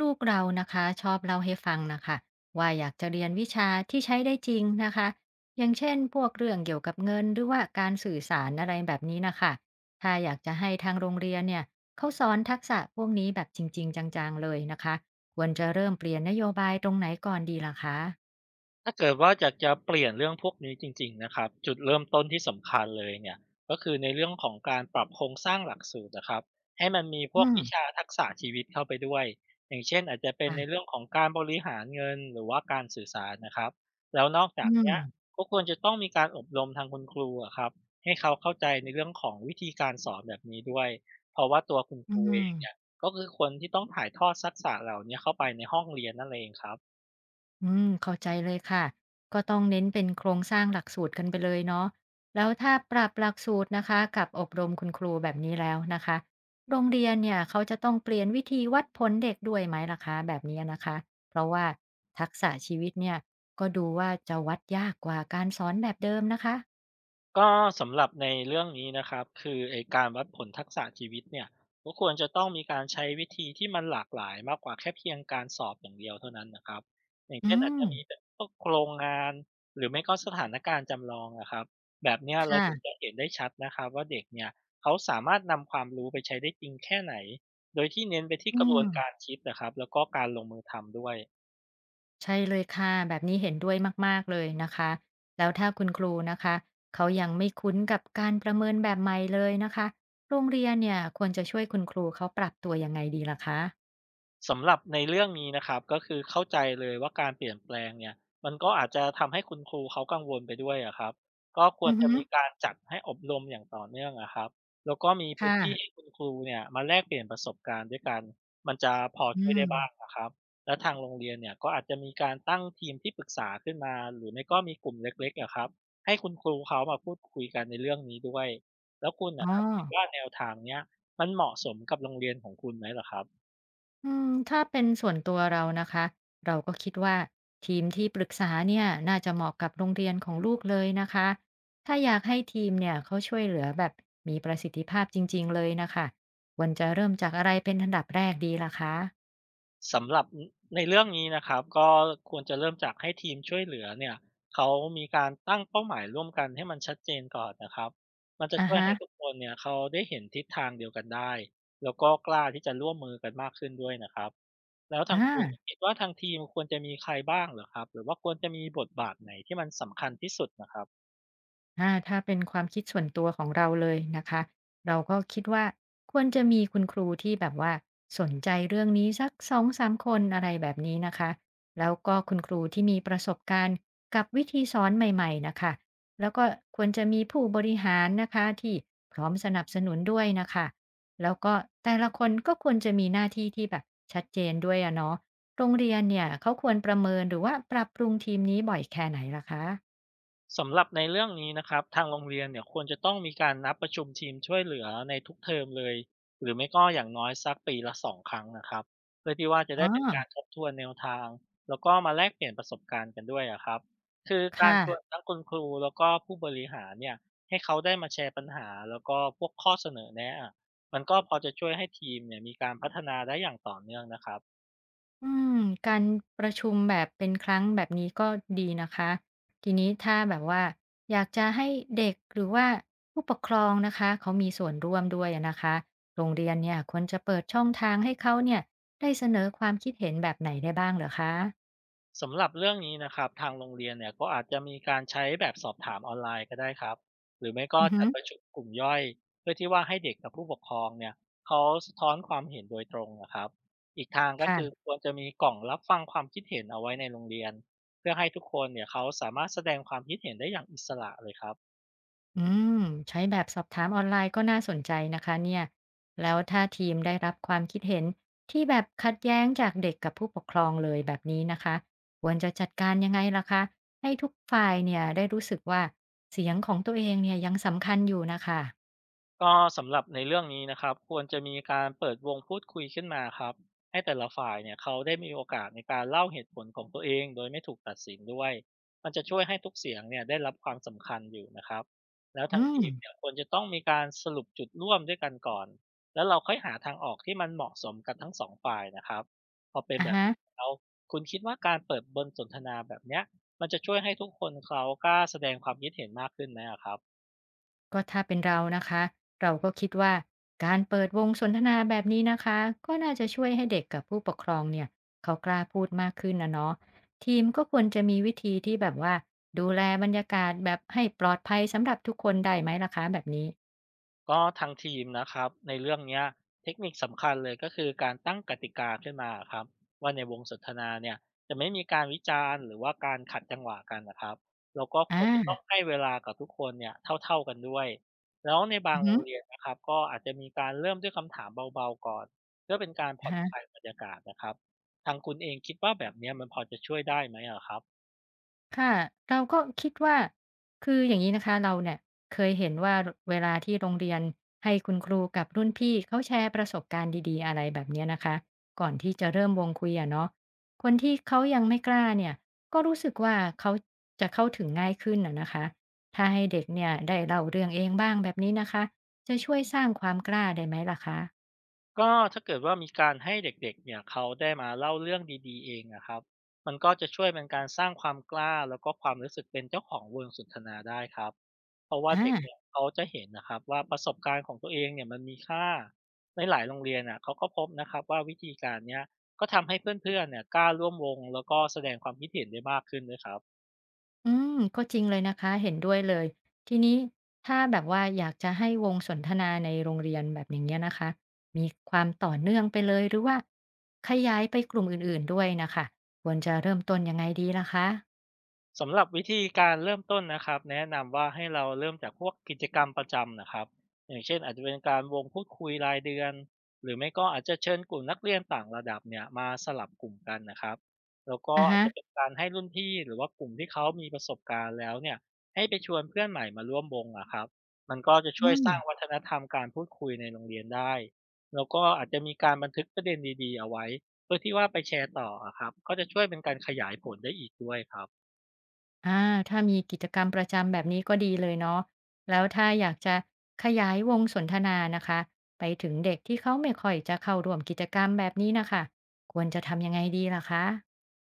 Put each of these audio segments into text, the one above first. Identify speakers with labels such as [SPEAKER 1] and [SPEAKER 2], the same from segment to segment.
[SPEAKER 1] ลูกเรานะคะชอบเล่าให้ฟังนะคะว่าอยากจะเรียนวิชาที่ใช้ได้จริงนะคะอย่างเช่นพวกเรื่องเกี่ยวกับเงินหรือว่าการสื่อสารอะไรแบบนี้นะคะถ้าอยากจะให้ทางโรงเรียนเนี่ยเขาสอนทักษะพวกนี้แบบจริงๆจังๆเลยนะคะควรจะเริ่มเปลี่ยนนโยบายตรงไหนก่อนดีล่ะคะ
[SPEAKER 2] ถ้าเกิดว่าอยากจะเปลี่ยนเรื่องพวกนี้จริงๆนะครับจุดเริ่มต้นที่สำคัญเลยเนี่ยก็คือในเรื่องของการปรับโครงสร้างหลักสูตรนะครับให้มันมีพ
[SPEAKER 1] อื
[SPEAKER 2] วก
[SPEAKER 1] ม
[SPEAKER 2] วิชาทักษะชีวิตเข้าไปด้วยอย่างเช่นอาจจะเป็นใน
[SPEAKER 1] อ่ะ
[SPEAKER 2] เรื่องของการบริหารเงินหรือว่าการสื่อสารนะครับแล้วนอกจา
[SPEAKER 1] อื
[SPEAKER 2] ก
[SPEAKER 1] ม
[SPEAKER 2] เนี้ยก็ควรจะต้องมีการอบรมทางคุณครูอะครับให้เขาเข้าใจในเรื่องของวิธีการสอนแบบนี้ด้วยเพราะว่าตัวคุณค
[SPEAKER 1] อื
[SPEAKER 2] รูเอ
[SPEAKER 1] ม
[SPEAKER 2] งเนี่ยก็คือคนที่ต้องถ่ายทอดทักษะเหล่าเนี้ยเข้าไปในห้องเรียนนั่นเองครับ
[SPEAKER 1] อืมเข้าใจเลยค่ะก็ต้องเน้นเป็นโครงสร้างหลักสูตรกันไปเลยเนาะแล้วถ้าปรับหลักสูตรนะคะกับอบรมคุณครูแบบนี้แล้วนะคะโรงเรียนเนี่ยเขาจะต้องเปลี่ยนวิธีวัดผลเด็กด้วยไหมล่ะคะแบบนี้นะคะเพราะว่าทักษะชีวิตเนี่ยก็ดูว่าจะวัดยากกว่าการสอนแบบเดิมนะคะ
[SPEAKER 2] ก็สำหรับในเรื่องนี้นะครับคือไอการวัดผลทักษะชีวิตเนี่ยก็ควรจะต้องมีการใช้วิธีที่มันหลากหลายมากกว่าแค่เพียงการสอบอย่างเดียวเท่านั้นนะครับอย่าง
[SPEAKER 1] อื
[SPEAKER 2] เช่นอาจ
[SPEAKER 1] ม
[SPEAKER 2] จะมีแบบพวกโครงงานหรือไม่ก็สถานการณ์จำลองนะครับแบบเนี้ยเรา
[SPEAKER 1] ค่ะ
[SPEAKER 2] ถึงจะเห็นได้ชัดนะครับว่าเด็กเนี่ยเขาสามารถนำความรู้ไปใช้ได้จริงแค่ไหนโดยที่เน้นไปที่ก
[SPEAKER 1] อื
[SPEAKER 2] ระบวนการ
[SPEAKER 1] ม
[SPEAKER 2] คิดนะครับแล้วก็การลงมือทำด้วย
[SPEAKER 1] ใช่เลยค่ะแบบนี้เห็นด้วยมากๆเลยนะคะแล้วถ้าคุณครูนะคะเขายังไม่คุ้นกับการประเมินแบบใหม่เลยนะคะโรงเรียนเนี่ยควรจะช่วยคุณครูเขาปรับตัวยังไงดีล่ะคะ
[SPEAKER 2] สำหรับในเรื่องนี้นะครับก็คือเข้าใจเลยว่าการเปลี่ยนแปลงเนี่ยมันก็อาจจะทำให้คุณครูเขากังวลไปด้วยอะครับก็คว
[SPEAKER 1] อื
[SPEAKER 2] ร
[SPEAKER 1] อ
[SPEAKER 2] จะ
[SPEAKER 1] ฮึ
[SPEAKER 2] มีการจัดให้อบรมอย่างต่อเนื่องอะครับแล้วก็มีพื้น
[SPEAKER 1] ค่ะ
[SPEAKER 2] ที่ให้คุณครูเนี่ยมาแลกเปลี่ยนประสบการณ์ด้วยกันมันจะพอ
[SPEAKER 1] อื
[SPEAKER 2] ช่วยได้
[SPEAKER 1] ม
[SPEAKER 2] บ้างอะครับและทางโรงเรียนเนี่ยก็อาจจะมีการตั้งทีมที่ปรึกษาขึ้นมาหรือไม่ก็มีกลุ่มเล็กๆอะครับให้คุณครูเขามาพูดคุยกันในเรื่องนี้ด้วยแล้วคุณ
[SPEAKER 1] อ๋อ
[SPEAKER 2] น่ะครับคิดว่าแนวทางเนี้ยมันเหมาะสมกับโรงเรียนของคุณไหมเหรอครับ
[SPEAKER 1] อืมถ้าเป็นส่วนตัวเรานะคะเราก็คิดว่าทีมที่ปรึกษาเนี่ยน่าจะเหมาะกับโรงเรียนของลูกเลยนะคะถ้าอยากให้ทีมเนี่ยเขาช่วยเหลือแบบมีประสิทธิภาพจริงๆเลยนะค่ะควรจะเริ่มจากอะไรเป็นอันดับแรกดีล่ะคะ
[SPEAKER 2] สำหรับในเรื่องนี้นะครับก็ควรจะเริ่มจากให้ทีมช่วยเหลือเนี่ยเขามีการตั้งเป้าหมายร่วมกันให้มันชัดเจนก่อนนะครับมันจะ
[SPEAKER 1] อะ
[SPEAKER 2] ช่วย
[SPEAKER 1] ฮะ
[SPEAKER 2] ให้ทุกคนเนี่ยเขาได้เห็นทิศทางเดียวกันได้แล้วก็กล้าที่จะร่วมมือกันมากขึ้นด้วยนะครับแล้วทา
[SPEAKER 1] อ
[SPEAKER 2] งคุณ
[SPEAKER 1] า
[SPEAKER 2] คิดว่าทางทีมควรจะมีใครบ้างเหรอครับหรือว่าควรจะมีบทบาทไหนที่มันสำคัญที่สุดน่ะครับ
[SPEAKER 1] อาถ้าเป็นความคิดส่วนตัวของเราเลยนะคะ เราก็คิดว่าควรจะมีคุณครูที่แบบว่าสนใจเรื่องนี้สักสองสามคนอะไรแบบนี้นะคะแล้วก็คุณครูที่มีประสบการณ์กับวิธีสอนใหม่ๆน่ะค่ะแล้วก็ควรจะมีผู้บริหารนะคะที่พร้อมสนับสนุนด้วยน่ะค่ะแล้วก็แต่ละคนก็ควรจะมีหน้าที่ที่แบบชัดเจนด้วยอะเนาะโรงเรียนเนี่ยเขาควรประเมินหรือว่าปรับปรุงทีมนี้บ่อยแค่ไหนล่ะคะ
[SPEAKER 2] สำหรับในเรื่องนี้นะครับทางโรงเรียนเนี่ยควรจะต้องมีการนัดประชุมทีมช่วยเหลือในทุกเทอมเลยหรือไม่ก็อย่างน้อยสักปีละ2 ครั้งนะครับเพื่อที่ว่าจะ
[SPEAKER 1] อ๋
[SPEAKER 2] ได้
[SPEAKER 1] อ
[SPEAKER 2] เป็นการทบทวนแนวทางแล้วก็มาแลกเปลี่ยนประสบการณ์กันด้วยอะครับคือการ
[SPEAKER 1] ค่ะ
[SPEAKER 2] ชวนทั้งคุณครูแล้วก็ผู้บริหารเนี่ยให้เขาได้มาแชร์ปัญหาแล้วก็พวกข้อเสนอแนะอะมันก็พอจะช่วยให้ทีมเนี่ยมีการพัฒนาได้อย่างต่อเนื่องนะครับ
[SPEAKER 1] อืม การประชุมแบบเป็นครั้งแบบนี้ก็ดีนะคะ ทีนี้ถ้าแบบว่าอยากจะให้เด็กหรือว่าผู้ปกครองนะคะเขามีส่วนร่วมด้วยอะนะคะ โรงเรียนเนี่ยควรจะเปิดช่องทางให้เขาเนี่ยได้เสนอความคิดเห็นแบบไหนได้บ้างเหรอคะ
[SPEAKER 2] สำหรับเรื่องนี้นะครับทางโรงเรียนเนี่ยก็อาจจะมีการใช้แบบสอบถามออนไลน์ก็ได้ครับหรือไม่ก็
[SPEAKER 1] อือฮึ
[SPEAKER 2] จัดประชุมกลุ่มย่อยเพื่อที่ว่าให้เด็กกับผู้ปกครองเนี่ยเขาสะท้อนความเห็นโดยตรงนะครับอีกทางก็คือค
[SPEAKER 1] ค่ะ
[SPEAKER 2] วรจะมีกล่องรับฟังความคิดเห็นเอาไว้ในโรงเรียนเพื่อให้ทุกคนเนี่ยเขาสามารถแสดงความคิดเห็นได้อย่างอิสระเลยครับ
[SPEAKER 1] อืมใช้แบบสอบถามออนไลน์ก็น่าสนใจนะคะเนี่ยแล้วถ้าทีมได้รับความคิดเห็นที่แบบขัดแย้งจากเด็กกับผู้ปกครองเลยแบบนี้นะคะควรจะจัดการยังไงล่ะคะให้ทุกฝ่ายเนี่ยได้รู้สึกว่าเสียงของตัวเองเนี่ยยังสำคัญอยู่นะคะ
[SPEAKER 2] ก็สำหรับในเรื่องนี้นะครับควรจะมีการเปิดวงพูดคุยขึ้นมาครับให้แต่ละฝ่ายเนี่ยเขาได้มีโอกาสในการเล่าเหตุผลของตัวเองโดยไม่ถูกตัดสินด้วยมันจะช่วยให้ทุกเสียงเนี่ยได้รับความสำคัญอยู่นะครับแล้วทา
[SPEAKER 1] อื
[SPEAKER 2] ง
[SPEAKER 1] ม
[SPEAKER 2] ทีมเนี่ยควรจะต้องมีการสรุปจุดร่วมด้วยกันก่อนแล้วเราค่อยหาทางออกที่มันเหมาะสมกันทั้งสองฝ่ายนะครับพอเป็น
[SPEAKER 1] อะ
[SPEAKER 2] แบบ
[SPEAKER 1] ฮะ
[SPEAKER 2] นี้แล้วคุณคิดว่าการเปิดบนสนทนาแบบเนี้ยมันจะช่วยให้ทุกคนเขากล้าแสดงความคิดเห็นมากขึ้นไหมอะครับ
[SPEAKER 1] ก็ถ้าเป็นเรานะคะเราก็คิดว่าการเปิดวงสนทนาแบบนี้นะคะก็น่าจะช่วยให้เด็กกับผู้ปกครองเนี่ยเขากล้าพูดมากขึ้นนะเนาะทีมก็ควรจะมีวิธีที่แบบว่าดูแลบรรยากาศแบบให้ปลอดภัยสำหรับทุกคนได้ไหมล่ะคะแบบนี้
[SPEAKER 2] ก็ทางทีมนะครับในเรื่องเนี้ยเทคนิคสำคัญเลยก็คือการตั้งกติกาขึ้นมาครับว่าในวงสนทนาเนี่ยจะไม่มีการวิจารณ์หรือว่าการขัดจังหวะกันนะครับแล้วก็ค
[SPEAKER 1] อ่
[SPEAKER 2] วรจะต้อง
[SPEAKER 1] า
[SPEAKER 2] ให้เวลากับทุกคนเนี่ยเท่าๆกันด้วยแล้วในบา
[SPEAKER 1] อื
[SPEAKER 2] ง
[SPEAKER 1] อฮ
[SPEAKER 2] โรงเรียนนะครับก็อาจจะมีการเริ่มด้วยคำถามเบาๆก่อนเพื่อเป็นการผ่อนคลาย
[SPEAKER 1] ึ
[SPEAKER 2] บรรยากาศนะครับทางคุณเองคิดว่าแบบเนี้ยมันพอจะช่วยได้ไหมอะครับ
[SPEAKER 1] ค่ะเราก็คิดว่าคืออย่างงี้นะคะเราเนี่ยเคยเห็นว่ารเวลาที่โรงเรียนให้คุณครูกับรุ่นพี่เขาแชร์ประสบการณ์ดีๆอะไรแบบเนี้ยนะคะก่อนที่จะเริ่มวงคุยอะเนาะคนที่เขายังไม่กล้าเนี่ยก็รู้สึกว่าเขาจะเข้าถึงง่ายขึ้นอะนะคะถ้าให้เด็กเนี่ยได้เล่าเรื่องเองบ้างแบบนี้นะคะจะช่วยสร้างความกล้าได้ไหมล่ะคะ
[SPEAKER 2] ก็ถ้าเกิดว่ามีการให้เด็กๆเนี่ยเขาได้มาเล่าเรื่องดีๆเองนะครับมันก็จะช่วยเป็นการสร้างความกล้าแล้วก็ความรู้สึกเป็นเจ้าของวงสนทนาได้ครับเพราะว่า
[SPEAKER 1] อา
[SPEAKER 2] เด็กเนี่ยเขาจะเห็นนะครับว่าประสบการณ์ของตัวเองเนี่ยมันมีค่าในหลายโรงเรียนอ่ะเขาก็พบนะครับว่าวิธีการเนี้ยก็ทำให้เพื่อนๆเนี่ยกล้าร่วมวงแล้วก็แสดงความคิดเห็นได้มากขึ้นด้วยครับ
[SPEAKER 1] อืมก็จริงเลยนะคะเห็นด้วยเลยทีนี้ถ้าแบบว่าอยากจะให้วงสนทนาในโรงเรียนแบบอย่างเงี้ยนะคะมีความต่อเนื่องไปเลยหรือว่าขยายไปกลุ่มอื่นๆด้วยนะคะควรจะเริ่มต้นยังไงดีล่ะคะ
[SPEAKER 2] สำหรับวิธีการเริ่มต้นนะครับแนะนำว่าให้เราเริ่มจากพวกกิจกรรมประจำนะครับอย่างเช่นอาจจะเป็นการวงพูดคุยรายเดือนหรือไม่ก็อาจจะเชิญกลุ่มนักเรียนต่างระดับเนี่ยมาสลับกลุ่มกันนะครับแล้วก็
[SPEAKER 1] อะ
[SPEAKER 2] อาจ
[SPEAKER 1] ฮะ
[SPEAKER 2] จะเป็นการให้รุ่นพี่หรือว่ากลุ่มที่เขามีประสบการณ์แล้วเนี่ยให้ไปชวนเพื่อนใหม่มาร่วมวงนะครับมันก็จะ
[SPEAKER 1] อื
[SPEAKER 2] ช่วย
[SPEAKER 1] ม
[SPEAKER 2] สร้างวัฒนธรรมการพูดคุยในโรงเรียนได้แล้วก็อาจจะมีการบันทึกประเด็นดีๆเอาไว้เพื่อที่ว่าไปแชร์ต่ออะครับก็จะช่วยเป็นการขยายผลได้อีกด้วยครับ
[SPEAKER 1] อาถ้ามีกิจกรรมประจำแบบนี้ก็ดีเลยเนาะแล้วถ้าอยากจะขยายวงสนทนานะคะไปถึงเด็กที่เขาไม่ค่อยจะเข้าร่วมกิจกรรมแบบนี้นะคะควรจะทำยังไงดีล่ะคะ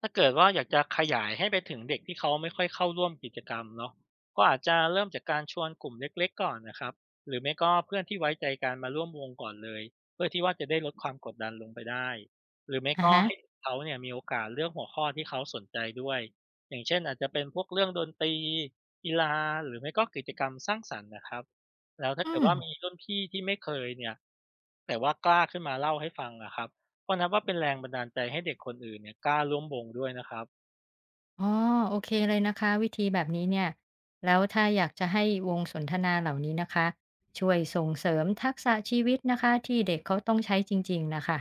[SPEAKER 2] ถ้าเกิดว่าอยากจะขยายให้ไปถึงเด็กที่เขาไม่ค่อยเข้าร่วมกิจกรรมเนาะก็อาจจะเริ่มจากการชวนกลุ่มเล็กๆก่อนนะครับหรือไม่ก็เพื่อนที่ไว้ใจกันมาร่วมวงก่อนเลยเพื่อที่ว่าจะได้ลดความกดดันลงไปได้หรือไม่
[SPEAKER 1] อะ
[SPEAKER 2] ก็
[SPEAKER 1] ฮะ
[SPEAKER 2] ให้เขาเนี่ยมีโอกาสเลือกหัวข้อที่เขาสนใจด้วยอย่างเช่นอาจจะเป็นพวกเรื่องดนตรีกีฬาหรือไม่ก็กิจกรรมสร้างสรรค์นะครับแล้วถ้า
[SPEAKER 1] อื
[SPEAKER 2] เกิด
[SPEAKER 1] ม
[SPEAKER 2] ว่ามีรุ่นพี่ที่ไม่เคยเนี่ยแต่ว่ากล้าขึ้นมาเล่าให้ฟังอะครับ ก็นับว่าเป็นแรงบันดาลใจให้เด็กคนอื่นเนี่ยกล้าร่วมวงด้วยนะครับ
[SPEAKER 1] อ๋อโอเคเลยนะคะวิธีแบบนี้เนี่ยแล้วถ้าอยากจะให้วงสนทนาเหล่านี้นะคะช่วยส่งเสริมทักษะชีวิตนะคะที่เด็กเขาต้องใช้จริงๆนะคะ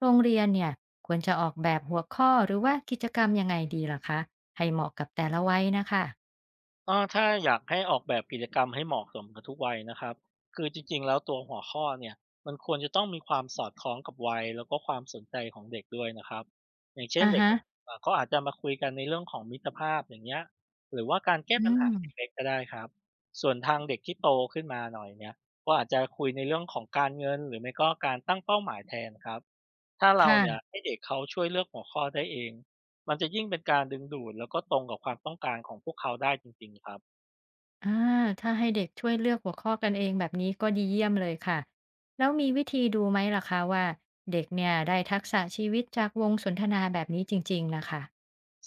[SPEAKER 1] โรงเรียนเนี่ยควรจะออกแบบหัวข้อหรือว่ากิจกรรมยังไงดีล่ะคะให้เหมาะกับแต่ละวัยนะคะ
[SPEAKER 2] อ้อถ้าอยากให้ออกแบบกิจกรรมให้เหมาะสมกับทุกวัยนะครับคือจริงๆแล้วตัวหัวข้อเนี่ยมันควรจะต้องมีความสอดคล้องกับวัยแล้วก็ความสนใจของเด็กด้วยนะครับอย่างเช่น
[SPEAKER 1] อา
[SPEAKER 2] เด็ก
[SPEAKER 1] ฮะ
[SPEAKER 2] อ่ะเขาอาจจะมาคุยกันในเรื่องของมิตรภาพอย่างเงี้ยหรือว่าการแก้
[SPEAKER 1] อื
[SPEAKER 2] ปัญหา
[SPEAKER 1] ม
[SPEAKER 2] เล็กๆก็ได้ครับส่วนทางเด็กที่โตขึ้นมาหน่อยเนี่ยก็อาจจะคุยในเรื่องของการเงินหรือไม่ก็การตั้งเป้าหมายแทนครับถ้าเราเนี่ย
[SPEAKER 1] ค่ะ
[SPEAKER 2] ให้เด็กเขาช่วยเลือกหัวข้อได้เอง มันจะยิ่งเป็นการดึงดูดแล้วก็ตรงกับความต้องการของพวกเขาได้จริงๆครับ
[SPEAKER 1] อาถ้าให้เด็กช่วยเลือกหัวข้อกันเองแบบนี้ก็ดีเยี่ยมเลยค่ะแล้วมีวิธีดูไหมล่ะคะว่าเด็กเนี่ยได้ทักษะชีวิตจากวงสนทนาแบบนี้จริงๆนะคะ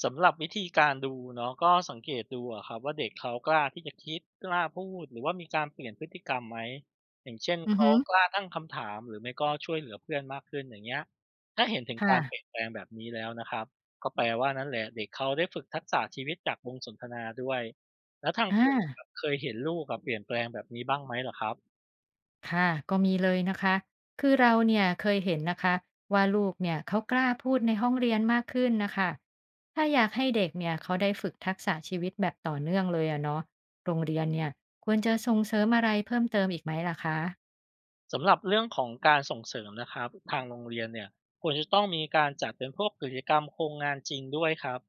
[SPEAKER 2] สำหรับวิธีการดูเนาะก็สังเกตดูอะครับว่าเด็กเขากล้าที่จะคิดกล้าพูดหรือว่ามีการเปลี่ยนพฤติกรรมไหมอย่างเช่น
[SPEAKER 1] อือ
[SPEAKER 2] เขา
[SPEAKER 1] ฮึ
[SPEAKER 2] กล้าตั้งคำถามหรือไม่ก็ช่วยเหลือเพื่อนมากขึ้นอย่างเงี้ยถ้าเห็นถึงการเปลี่ยน
[SPEAKER 1] ค่ะ
[SPEAKER 2] แปลงแบบนี้แล้วนะครับก็แปลว่านั่นแหละเด็กเขาได้ฝึกทักษะชีวิตจากวงสนทนาด้วยแล้วทาง
[SPEAKER 1] อา
[SPEAKER 2] คุณล่ะครับเคยเห็นลูกอะเปลี่ยนแปลงแบบนี้บ้างไหมเหรอครับ
[SPEAKER 1] ค่ะก็มีเลยนะคะคือเราเนี่ยเคยเห็นนะคะว่าลูกเนี่ยเขากล้าพูดในห้องเรียนมากขึ้นนะคะถ้าอยากให้เด็กเนี่ยเขาได้ฝึกทักษะชีวิตแบบต่อเนื่องเลยอะเนาะโรงเรียนเนี่ยควรจะส่งเสริมอะไรเพิ่มเติมอีกไหมล่ะคะ
[SPEAKER 2] สำหรับเรื่องของการส่งเสริมนะครับทางโรงเรียนเนี่ยควรจะต้องมีการจัดเป็นพวกกิจกรรมโครงงานจริงด้วยครับ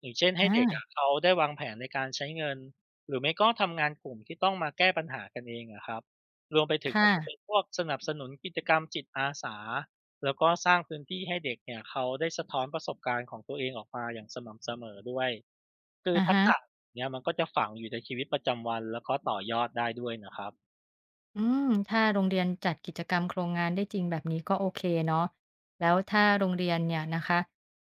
[SPEAKER 2] อย่างเช่นให้
[SPEAKER 1] อา
[SPEAKER 2] เด็กอะเขาได้วางแผนในการใช้เงินหรือไม่ก็ทำงานกลุ่มที่ต้องมาแก้ปัญหากันเองอะครับรวมไปถึงอา
[SPEAKER 1] ค่ะ
[SPEAKER 2] จจะเป็นพวกสนับสนุนกิจกรรมจิตอาสาแล้วก็สร้างพื้นที่ให้เด็กเนี่ยเขาได้สะท้อนประสบการณ์ของตัวเองออกมาอย่างสม่ำเสมอด้วยคือ
[SPEAKER 1] อะ
[SPEAKER 2] ทัก
[SPEAKER 1] ฮะ
[SPEAKER 2] ษะเนี่ยมันก็จะฝังอยู่ในชีวิตประจำวันแล้วก็ต่อยอดได้ด้วยนะครับ
[SPEAKER 1] อืมถ้าโรงเรียนจัดกิจกรรมโครงงานได้จริงแบบนี้ก็โอเคเนาะแล้วถ้าโรงเรียนเนี่ยนะคะ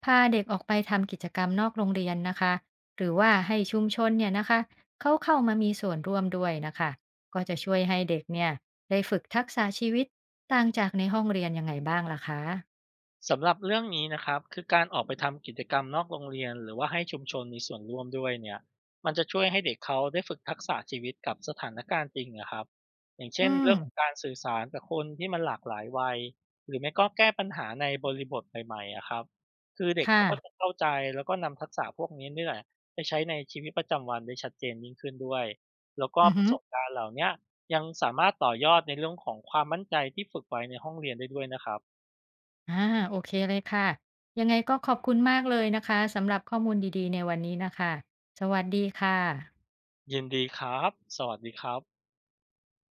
[SPEAKER 1] พาเด็กออกไปทำกิจกรรมนอกโรงเรียนนะคะหรือว่าให้ชุมชนเนี่ยนะคะเขาเข้ามามีส่วนร่วมด้วยนะคะก็จะช่วยให้เด็กเนี่ยได้ฝึกทักษะชีวิตต่างจากในห้องเรียนยังไงบ้างล่ะคะ
[SPEAKER 2] สำหรับเรื่องนี้นะครับคือการออกไปทำกิจกรรมนอกโรงเรียนหรือว่าให้ชุมชนมีส่วนร่วมด้วยเนี่ยมันจะช่วยให้เด็กเขาได้ฝึกทักษะชีวิตกับสถานการณ์จริงนะครับอย่างเช่น
[SPEAKER 1] อืม
[SPEAKER 2] เรื่องของการสื่อสารกับคนที่มันหลากหลายวัยหรือไม่ก็แก้ปัญหาในบริบทใหม่ๆอะครับคือเด็กเขาก็จะ
[SPEAKER 1] ค่ะ
[SPEAKER 2] เข้าใจแล้วก็นำทักษะพวกนี้นี่แหละไปใช้ในชีวิตประจำวันได้ชัดเจนยิ่งขึ้นด้วยแล้วก็
[SPEAKER 1] อือ
[SPEAKER 2] ป
[SPEAKER 1] ฮึ
[SPEAKER 2] ระสบการณ์เหล่าเนี้ยยังสามารถต่อยอดในเรื่องของความมั่นใจที่ฝึกไว้ในห้องเรียนได้ด้วยนะครับ
[SPEAKER 1] อ่าโอเคเลยค่ะยังไงก็ขอบคุณมากเลยนะคะสำหรับข้อมูลดีๆในวันนี้นะคะสวัสดีค่ะ
[SPEAKER 2] ยินดีครับ สวัสดีครับ